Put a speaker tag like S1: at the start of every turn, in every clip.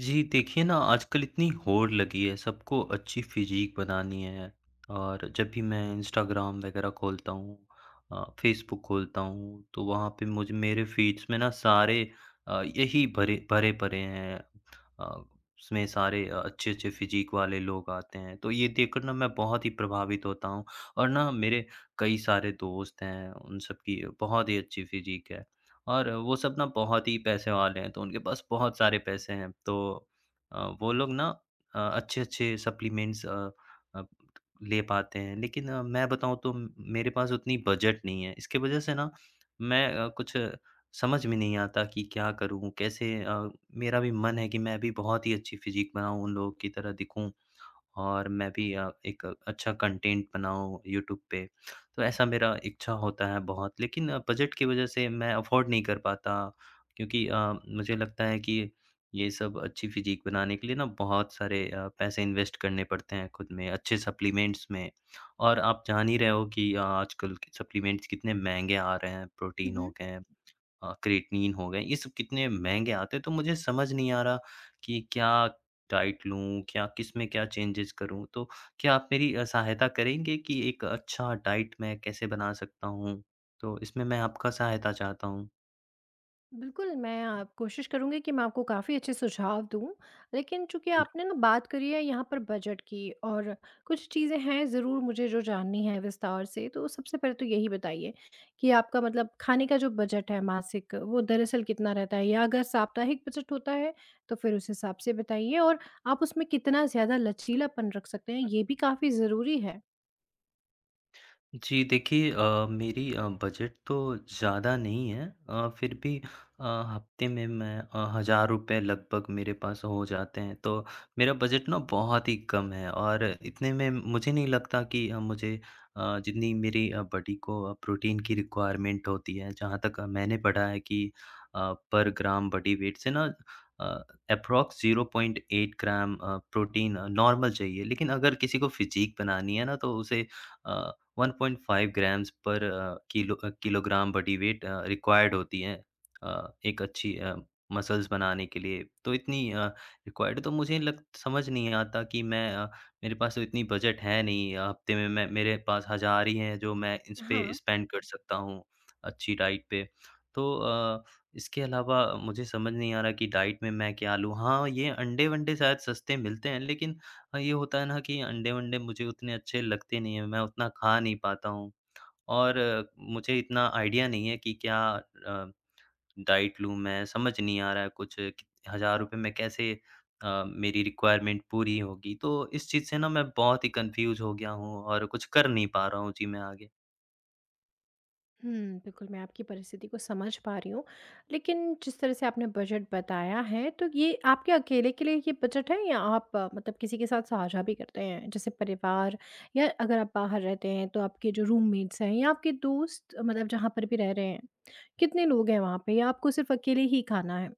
S1: जी, देखिए ना आजकल इतनी होड़ लगी है, सबको अच्छी फिजीक बनानी है। और जब भी मैं इंस्टाग्राम वगैरह खोलता हूँ, फेसबुक खोलता हूँ, तो वहाँ पे मुझे मेरे फ़ीड्स में ना सारे यही भरे भरे पड़े हैं। अ, उसमें सारे अच्छे-अच्छे फिजीक वाले लोग आते हैं, तो ये देखकर ना मैं बहुत ही प्रभावित होता हूँ। और ना मेरे कई सारे दोस्त हैं, उन सब की बहुत ही अच्छी फिजीक है। और वो सब ना बहुत ही पैसे वाले हैं, तो उनके पास बहुत सारे पैसे हैं। तो वो लोग ना अच्छे-अच्छे सप्लीमेंट्स अ, ले पाते हैं। लेकिन मैं बताऊँ तो मेरे पास उतनी बजट नहीं है। इसकी वज़ह से ना मैं कुछ समझ में नहीं आता कि क्या करूँ? कैसे मेरा भी मन है कि मैं भी बहुत ही अच्छी फ़िज़ीक बनाऊँ, उन लोगों की तरह दिखूँ। और मैं भी एक अच्छा कंटेंट बनाऊँ यूट्यूब पे। तो ऐसा मेरा इच्छा होता है बहुत, लेकिन बजट की वजह से मैं अफ़ोर्ड नहीं कर पाता, क्योंकि मुझे लगता है कि ये सब अच्छी फिजीक बनाने के लिए ना बहुत सारे पैसे इन्वेस्ट करने पड़ते हैं खुद में, अच्छे सप्लीमेंट्स में। और आप जान ही रहे हो कि आजकल के सप्लीमेंट्स कितने महँगे आ रहे हैं, प्रोटीन हो
S2: हुँ।
S1: गए, क्रेटिनिन हो गए, ये सब कितने महँगे आते हैं, तो मुझे समझ नहीं आ रहा कि क्या डाइट लूँ, क्या किसमें क्या चेंजेज़ करूँ? तो क्या आप मेरी सहायता करेंगे कि एक अच्छा डाइट मैं कैसे बना सकता हूँ? तो इसमें मैं आपका सहायता चाहता हूँ।
S2: बिल्कुल, मैं कोशिश करूँगी कि मैं आपको काफ़ी अच्छे सुझाव दूँ। लेकिन चूँकि आपने ना बात करी है यहाँ पर बजट की और कुछ चीज़ें हैं ज़रूर मुझे जो जाननी है विस्तार से। तो सबसे पहले तो यही बताइए कि आपका मतलब खाने का जो बजट है मासिक वो दरअसल कितना रहता है? या अगर साप्ताहिक बजट होता है तो फिर उस हिसाब से बताइए, और आप उसमें कितना ज़्यादा लचीलापन रख सकते हैं ये भी काफ़ी ज़रूरी है।
S1: जी देखिए, मेरी बजट तो ज़्यादा नहीं है, फिर भी अ, हफ्ते में मैं 1000 रुपये लगभग मेरे पास हो जाते हैं, तो मेरा बजट ना बहुत ही कम है, और इतने में मुझे नहीं लगता कि मुझे जितनी मेरी बॉडी को प्रोटीन की रिक्वायरमेंट होती है, जहाँ तक मैंने पढ़ा है कि पर ग्राम बॉडी वेट से ना अप्रोक्स 0.8 ग्राम प्रोटीन नॉर्मल चाहिए, लेकिन अगर किसी को फिजीक बनानी है ना तो उसे 1.5 grams per kilo kilogram body weight required होती है एक अच्छी मसल्स बनाने के लिए। तो इतनी रिक्वायर्ड तो मुझे लग समझ नहीं आता कि मैं मेरे पास तो इतनी बजट है नहीं। हफ़्ते में मैं मेरे पास 1000 ही हैं, जो मैं इस पे
S2: हाँ।
S1: स्पेंड कर सकता हूँ, अच्छी डाइट पे। तो इसके अलावा मुझे समझ नहीं आ रहा कि डाइट में मैं क्या लूँ? हाँ, ये अंडे-वंडे शायद सस्ते मिलते हैं, लेकिन हाँ, ये होता है ना कि अंडे-वंडे मुझे उतने अच्छे लगते नहीं हैं, मैं उतना खा नहीं पाता हूँ। और मुझे इतना आइडिया नहीं है कि क्या अ, डाइट लूँ मैं, समझ नहीं आ रहा है कुछ कि ₹1000 में कैसे मेरी रिक्वायरमेंट पूरी होगी। तो इस चीज़ से ना मैं बहुत ही कन्फ्यूज़ हो गया हूँ और कुछ कर नहीं पा रहा हूँ जी मैं आगे।
S2: हुँ, बिल्कुल, मैं आपकी परिस्थिति को समझ पा रही हूँ। लेकिन जिस तरह से आपने बजट बताया है, तो ये आपके अकेले के लिए ये बजट है, या आप मतलब किसी के साथ साझा भी करते हैं? जैसे परिवार, या अगर आप बाहर रहते हैं, तो आपके जो रूममेट्स हैं या आपके दोस्त, मतलब जहाँ पर भी रह रहे हैं, कितने लोग हैं वहाँ पे, या आपको सिर्फ़ अकेले ही खाना है?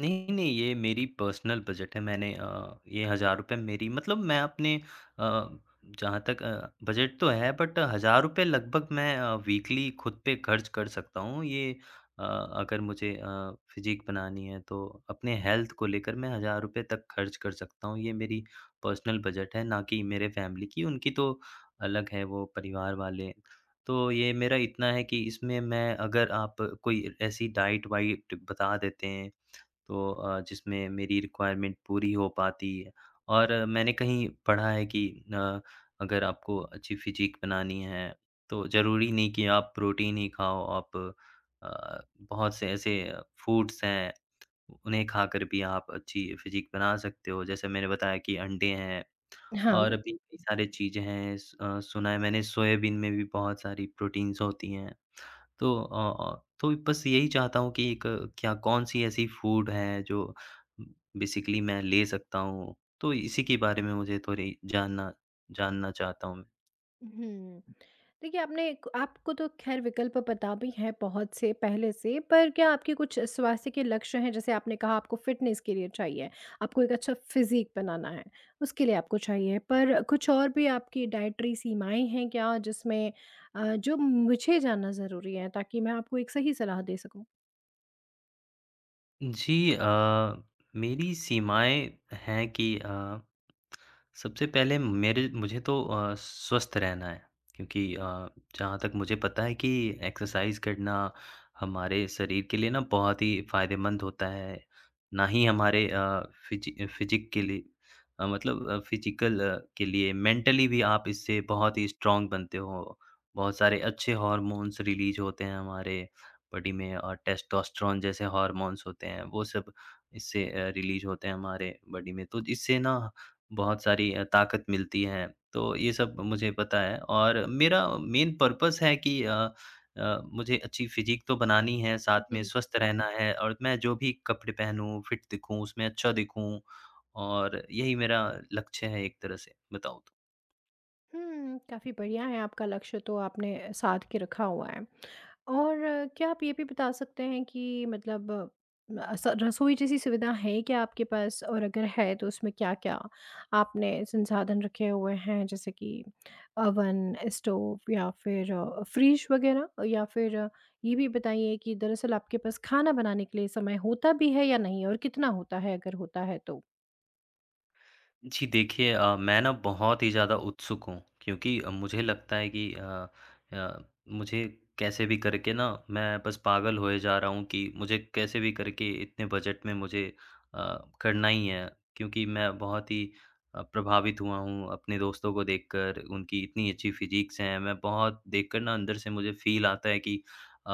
S1: नहीं, नहीं, ये मेरी पर्सनल बजट है। मैंने ये ₹1000 मेरी, मतलब मैं अपने अ, जहाँ तक बजट तो है, बट ₹1000 लगभग मैं वीकली खुद पे खर्च कर सकता हूँ। ये अ, अगर मुझे फिज़ीक बनानी है, तो अपने हेल्थ को लेकर मैं ₹1000 तक खर्च कर सकता हूँ। ये मेरी पर्सनल बजट है, ना कि मेरे फैमिली की। उनकी तो अलग है, वो परिवार वाले। तो ये मेरा इतना है कि इसमें मैं, अगर आप कोई ऐसी डाइट वाइट बता देते हैं तो जिसमें मेरी रिक्वायरमेंट पूरी हो पाती है। और मैंने कहीं पढ़ा है कि अ, अगर आपको अच्छी फ़िज़ीक बनानी है, तो ज़रूरी नहीं कि आप प्रोटीन ही खाओ, आप अ, बहुत से ऐसे फूड्स हैं, उन्हें खाकर भी आप अच्छी फ़िज़ीक बना सकते हो। जैसे मैंने बताया कि अंडे हैं,
S2: हाँ।
S1: और भी कई सारी चीज़ें हैं। सुना है मैंने सोयाबीन में भी बहुत सारी प्रोटीन्स होती हैं। तो तो बस यही चाहता हूँ कि एक, क्या कौन-सी ऐसी फूड है जो बेसिकली मैं ले सकता हूँ? तो इसी के बारे में मुझे थोड़ी जानना जानना चाहता हूँ मैं।
S2: हुँ। देखिए, आपने आपको तो ख़ैर विकल्प पता भी हैं बहुत से पहले से, पर क्या आपके कुछ स्वास्थ्य के लक्ष्य हैं? जैसे आपने कहा आपको फ़िटनेस के लिए चाहिए, आपको एक अच्छा फ़िज़ीक बनाना है, उसके लिए आपको चाहिए। पर कुछ और भी आपकी डाइटरी सीमाएँ हैं क्या, जिसमें जो मुझे जानना ज़रूरी है, ताकि मैं आपको एक सही सलाह दे सकूँ?
S1: जी, मेरी सीमाएँ हैं कि सबसे पहले मेरे मुझे तो स्वस्थ रहना है, क्योंकि जहाँ तक मुझे पता है कि एक्सरसाइज़ करना हमारे शरीर के लिए ना बहुत ही फ़ायदेमंद होता है। ना ही हमारे फिजिक के लिए, मतलब फिज़िकल के लिए, मेंटली भी आप इससे बहुत ही स्ट्रॉन्ग बनते हो। बहुत सारे अच्छे हॉर्मोन्स रिलीज़ होते हैं हमारे बॉडी में, और टेस्टोस्टेरोन जैसे हार्मोन्स होते हैं, वो सब इससे रिलीज़ होते हैं हमारे बॉडी में। तो इससे ना बहुत सारी ताकत मिलती है। तो ये सब मुझे पता है, और मेरा मेन पर्पस है कि मुझे अच्छी फ़िज़ीक तो बनानी है, साथ में स्वस्थ रहना है, और मैं जो भी कपड़े पहनूँ, फिट दिखूँ, उसमें अच्छा दिखूँ। और यही मेरा लक्ष्य है, एक तरह से, बताऊँ तो।
S2: काफ़ी बढ़िया है, आपका लक्ष्य तो आपने साध के रखा हुआ है। और क्या आप ये भी बता सकते हैं कि मतलब अ, स रसोई जैसी सुविधा है क्या आपके पास? और अगर है तो उसमें क्या-क्या आपने संसाधन रखे हुए हैं, जैसे कि ओवन, स्टोव या फिर फ्रिज वग़ैरह? या फिर ये भी बताइए कि दरअसल आपके पास खाना बनाने के लिए समय होता भी है या नहीं, और कितना होता है अगर होता है तो?
S1: जी देखिए, मैं ना बहुत ही ज़्यादा उत्सुक हूँ, क्योंकि मुझे लगता है कि अ, मुझे कैसे भी करके ना मैं बस पागल होए जा रहा हूँ कि मुझे कैसे भी करके इतने बजट में मुझे करना ही है, क्योंकि मैं बहुत ही प्रभावित हुआ हूँ अपने दोस्तों को देखकर, उनकी इतनी अच्छी फिजिक्स हैं, मैं बहुत देखकर ना अंदर से मुझे फील आता है कि अ,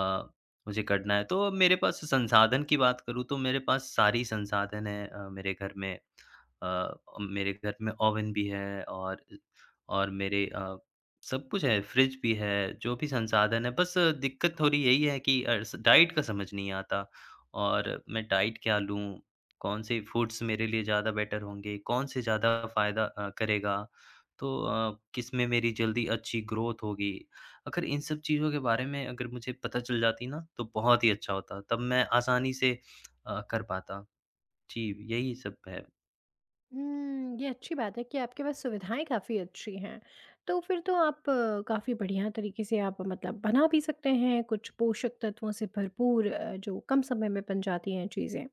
S1: मुझे करना है। तो अब मेरे पास संसाधन की बात करूँ, तो मेरे पास सारी संसाधन है। मेरे घर में अ, मेरे घर में ओवन भी है, और मेरे सब कुछ है, फ्रिज भी है, जो भी संसाधन है। बस दिक्कत थोड़ी यही है कि अ, स डाइट का समझ नहीं आता, और मैं डाइट क्या लूँ? कौन-से फूड्स मेरे लिए ज़्यादा बेटर होंगे? कौन से ज़्यादा फ़ायदा करेगा? तो किसमें मेरी जल्दी अच्छी ग्रोथ होगी? अगर इन सब चीज़ों के बारे में, अगर मुझे पता चल जाती ना, तो बहुत ही अच्छा होता। तब मैं आसानी से कर पाता। जी, यही सब
S2: ये अच्छी बात है कि आपके पास सुविधाएँ काफ़ी अच्छी हैं। तो फिर तो आप काफ़ी बढ़िया तरीके से आप मतलब बना भी सकते हैं, कुछ पोषक तत्वों से भरपूर जो कम समय में बन जाती हैं चीज़ें।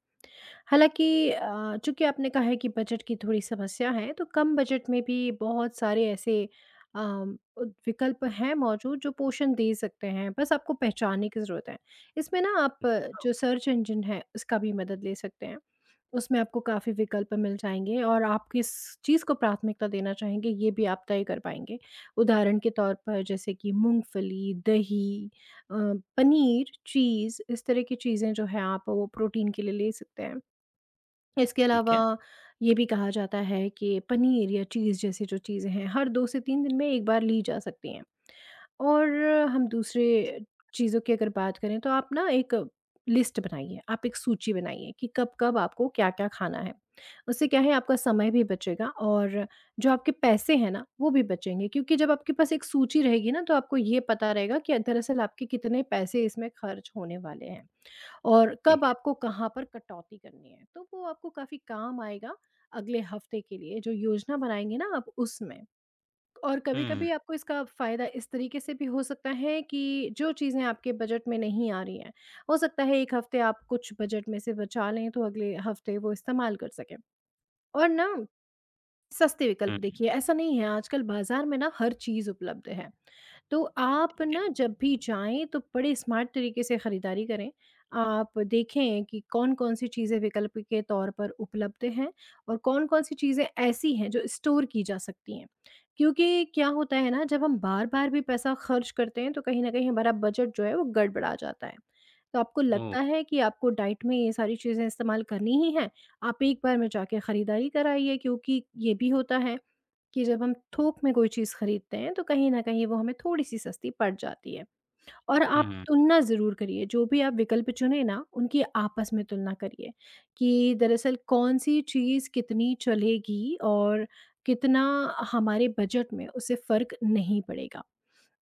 S2: हालाँकि चूँकि आपने कहा है कि बजट की थोड़ी समस्या है, तो कम बजट में भी बहुत सारे ऐसे अम, उद विकल्प हैं मौजूद, जो पोषण दे सकते हैं, बस आपको पहचानने की ज़रूरत है। इसमें ना आप
S1: है।
S2: जो सर्च इंजन है, उसका भी मदद ले सकते हैं। उसमें आपको काफ़ी विकल्प मिल जाएँगे, और आप किस चीज़ को प्राथमिकता देना चाहेंगे, ये भी आप तय कर पाएँगे। उदाहरण के तौर पर जैसे कि मूँगफली, दही, अ, पनीर, चीज़, इस तरह की चीज़ें जो हैं आप वो प्रोटीन के लिए ले सकते हैं। इसके
S1: ठीक है,
S2: अलावा ये भी कहा जाता है कि पनीर या चीज़ जैसी जो चीज़ें हैं, हर 2 से 3 दिन में एक बार ली जा सकती हैं। और हम दूसरे चीज़ों की अगर बात करें तो आप ना एक लिस्ट बनाइए, आप एक सूची बनाइए कि कब-कब आपको क्या-क्या खाना है। उससे क्या है, आपका समय भी बचेगा, और जो आपके पैसे हैं ना, वो भी बचेंगे, क्योंकि जब आपके पास एक सूची रहेगी ना, तो आपको ये पता रहेगा कि दरअसल आपके कितने पैसे इसमें खर्च होने वाले हैं। और
S1: ठीक
S2: कब
S1: है।
S2: आपको कहाँ पर कटौती करनी है। तो वो आपको काफ़ी काम आएगा अगले हफ्ते के लिए जो योजना बनाएँगे ना आप उसमें। और
S1: हुँ,
S2: कभी-कभी आपको इसका फ़ायदा इस तरीके से भी हो सकता है कि जो चीज़ें आपके बजट में नहीं आ रही हैं, हो सकता है 1 हफ्ते आप कुछ बजट में से बचा लें, तो अगले हफ्ते वो इस्तेमाल कर सकें। और ना, सस्ते विकल्प
S1: हुँ,
S2: देखिए, ऐसा नहीं है, आजकल बाज़ार में ना हर चीज़ उपलब्ध है। तो आप ना जब भी जाएँ तो बड़े स्मार्ट तरीके से खरीदारी करें। आप देखें कि कौन-कौन सी चीज़ें विकल्प के तौर पर उपलब्ध हैं, और कौन-कौन सी चीज़ें ऐसी हैं जो स्टोर की जा सकती हैं। क्योंकि क्या होता है ना, जब हम बार-बार भी पैसा खर्च करते हैं तो कहीं न कहीं हमारा बजट जो है वो गड़बड़ा जाता है। तो आपको
S1: ओह!
S2: लगता है कि आपको डाइट में ये सारी चीज़ें इस्तेमाल करनी ही हैं, आप एक बार में जाके खरीदारी कराइए, क्योंकि ये भी होता है कि जब हम थोक में कोई चीज़ खरीदते हैं तो कहीं न कहीं वो हमें थोड़ी-सी सस्ती पड़ जाती है। और आप
S1: हुँ,
S2: तुलना ज़रूर करिए, जो भी आप विकल्प चुनें ना, उनकी आपस में तुलना करिए कि दरअसल कौन-सी चीज़ कितनी चलेगी, और कितना हमारे बजट में उससे फ़र्क नहीं पड़ेगा।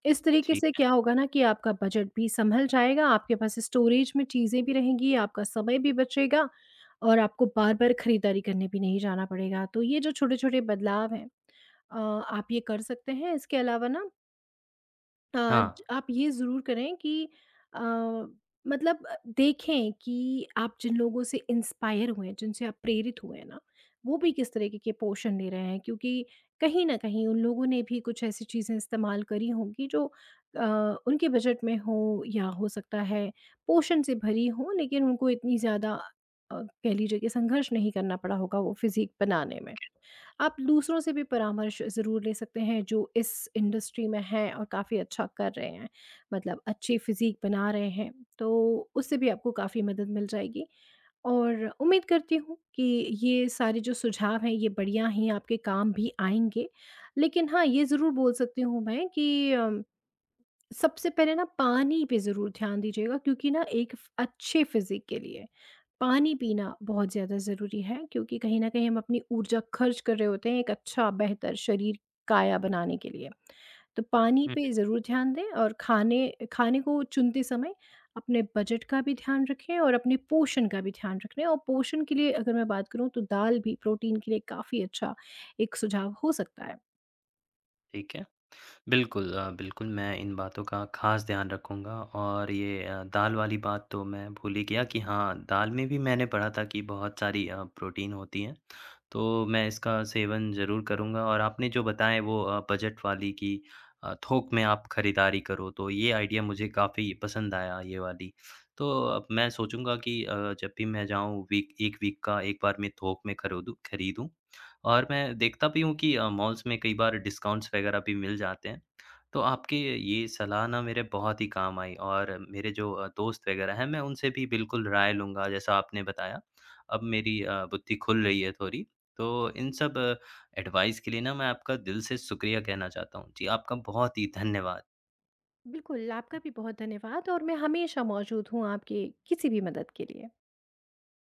S2: इस तरीके
S1: ठीक
S2: से
S1: है।
S2: क्या होगा ना कि आपका बजट भी सँभल जाएगा, आपके पास स्टोरेज में चीज़ें भी रहेंगी, आपका समय भी बचेगा, और आपको बार-बार खरीदारी करने भी नहीं जाना पड़ेगा। तो ये जो छोटे-छोटे बदलाव हैं आप ये कर सकते हैं। इसके अलावा ना अ,
S1: हाँ,
S2: ज आप ये ज़रूर करें कि अ, मतलब देखें कि आप जिन लोगों से इंस्पायर हुए हैं, जिनसे आप प्रेरित हुए हैं ना, वो भी किस तरीके के पोषण ले रहे हैं, क्योंकि कहीं न कहीं उन लोगों ने भी कुछ ऐसी चीज़ें इस्तेमाल करी होंगी जो अ, उनके बजट में हो, या हो सकता है पोषण से भरी हो, लेकिन उनको इतनी ज़्यादा कह लीजिए कि संघर्ष नहीं करना पड़ा होगा वो फ़िज़ीक बनाने में। आप दूसरों से भी परामर्श ज़रूर ले सकते हैं, जो इस इंडस्ट्री में हैं और काफ़ी अच्छा कर रहे हैं, मतलब अच्छी फिज़ीक बना रहे हैं, तो उससे भी आपको काफ़ी मदद मिल जाएगी, और उम्मीद करती हूँ कि ये सारे जो सुझाव हैं ये बढ़िया ही आपके काम भी आएँगे। लेकिन हाँ, ये ज़रूर बोल सकती हूँ मैं कि सबसे पहले ना पानी पे ज़रूर ध्यान दीजिएगा, क्योंकि ना एक फ अच्छे फिज़ीक के लिए पानी पीना बहुत ज़्यादा ज़रूरी है, क्योंकि कहीं न कहीं हम अपनी ऊर्जा खर्च कर रहे होते हैं एक अच्छा बेहतर शरीर, काया बनाने के लिए। तो पानी
S1: हुँ,
S2: पे ज़रूर ध्यान दें, और खाने खाने को चुनते समय अपने बजट का भी ध्यान रखें और अपने पोषण का भी ध्यान रखें, और पोषण के लिए अगर मैं बात करूँ तो दाल भी प्रोटीन के लिए काफ़ी अच्छा एक सुझाव हो सकता है।
S1: ठीक है। बिल्कुल, बिल्कुल मैं इन बातों का ख़ास ध्यान रखूँगा, और ये दाल वाली बात तो मैं भूल ही गया कि हाँ, दाल में भी मैंने पढ़ा था कि बहुत सारी प्रोटीन होती है। तो मैं इसका सेवन ज़रूर करूँगा, और आपने जो बताएँ वो बजट वाली कि थोक में आप खरीदारी करो, तो ये आइडिया मुझे काफ़ी पसंद आया, ये वाली। तो अब मैं सोचूँगा कि जब भी मैं जाऊँ, वीक 1 वीक का एक बार मैं थोक में खरोदूँ खरीदूँ। और मैं देखता भी हूँ कि मॉल्स में कई बार डिस्काउंट्स वगैरह भी मिल जाते हैं। तो आपकी ये सलाह ना मेरे बहुत ही काम आई, और मेरे जो दोस्त वगैरह हैं, मैं उनसे भी बिल्कुल राय लूँगा, जैसा आपने बताया। अब मेरी बुद्धि खुल रही है थोड़ी। तो इन सब एडवाइस के लिए ना मैं आपका दिल से शुक्रिया कहना चाहता हूँ। जी, आपका बहुत ही धन्यवाद।
S2: बिल्कुल, आपका भी बहुत धन्यवाद, और मैं हमेशा मौजूद हूँ आपकी किसी भी मदद के लिए।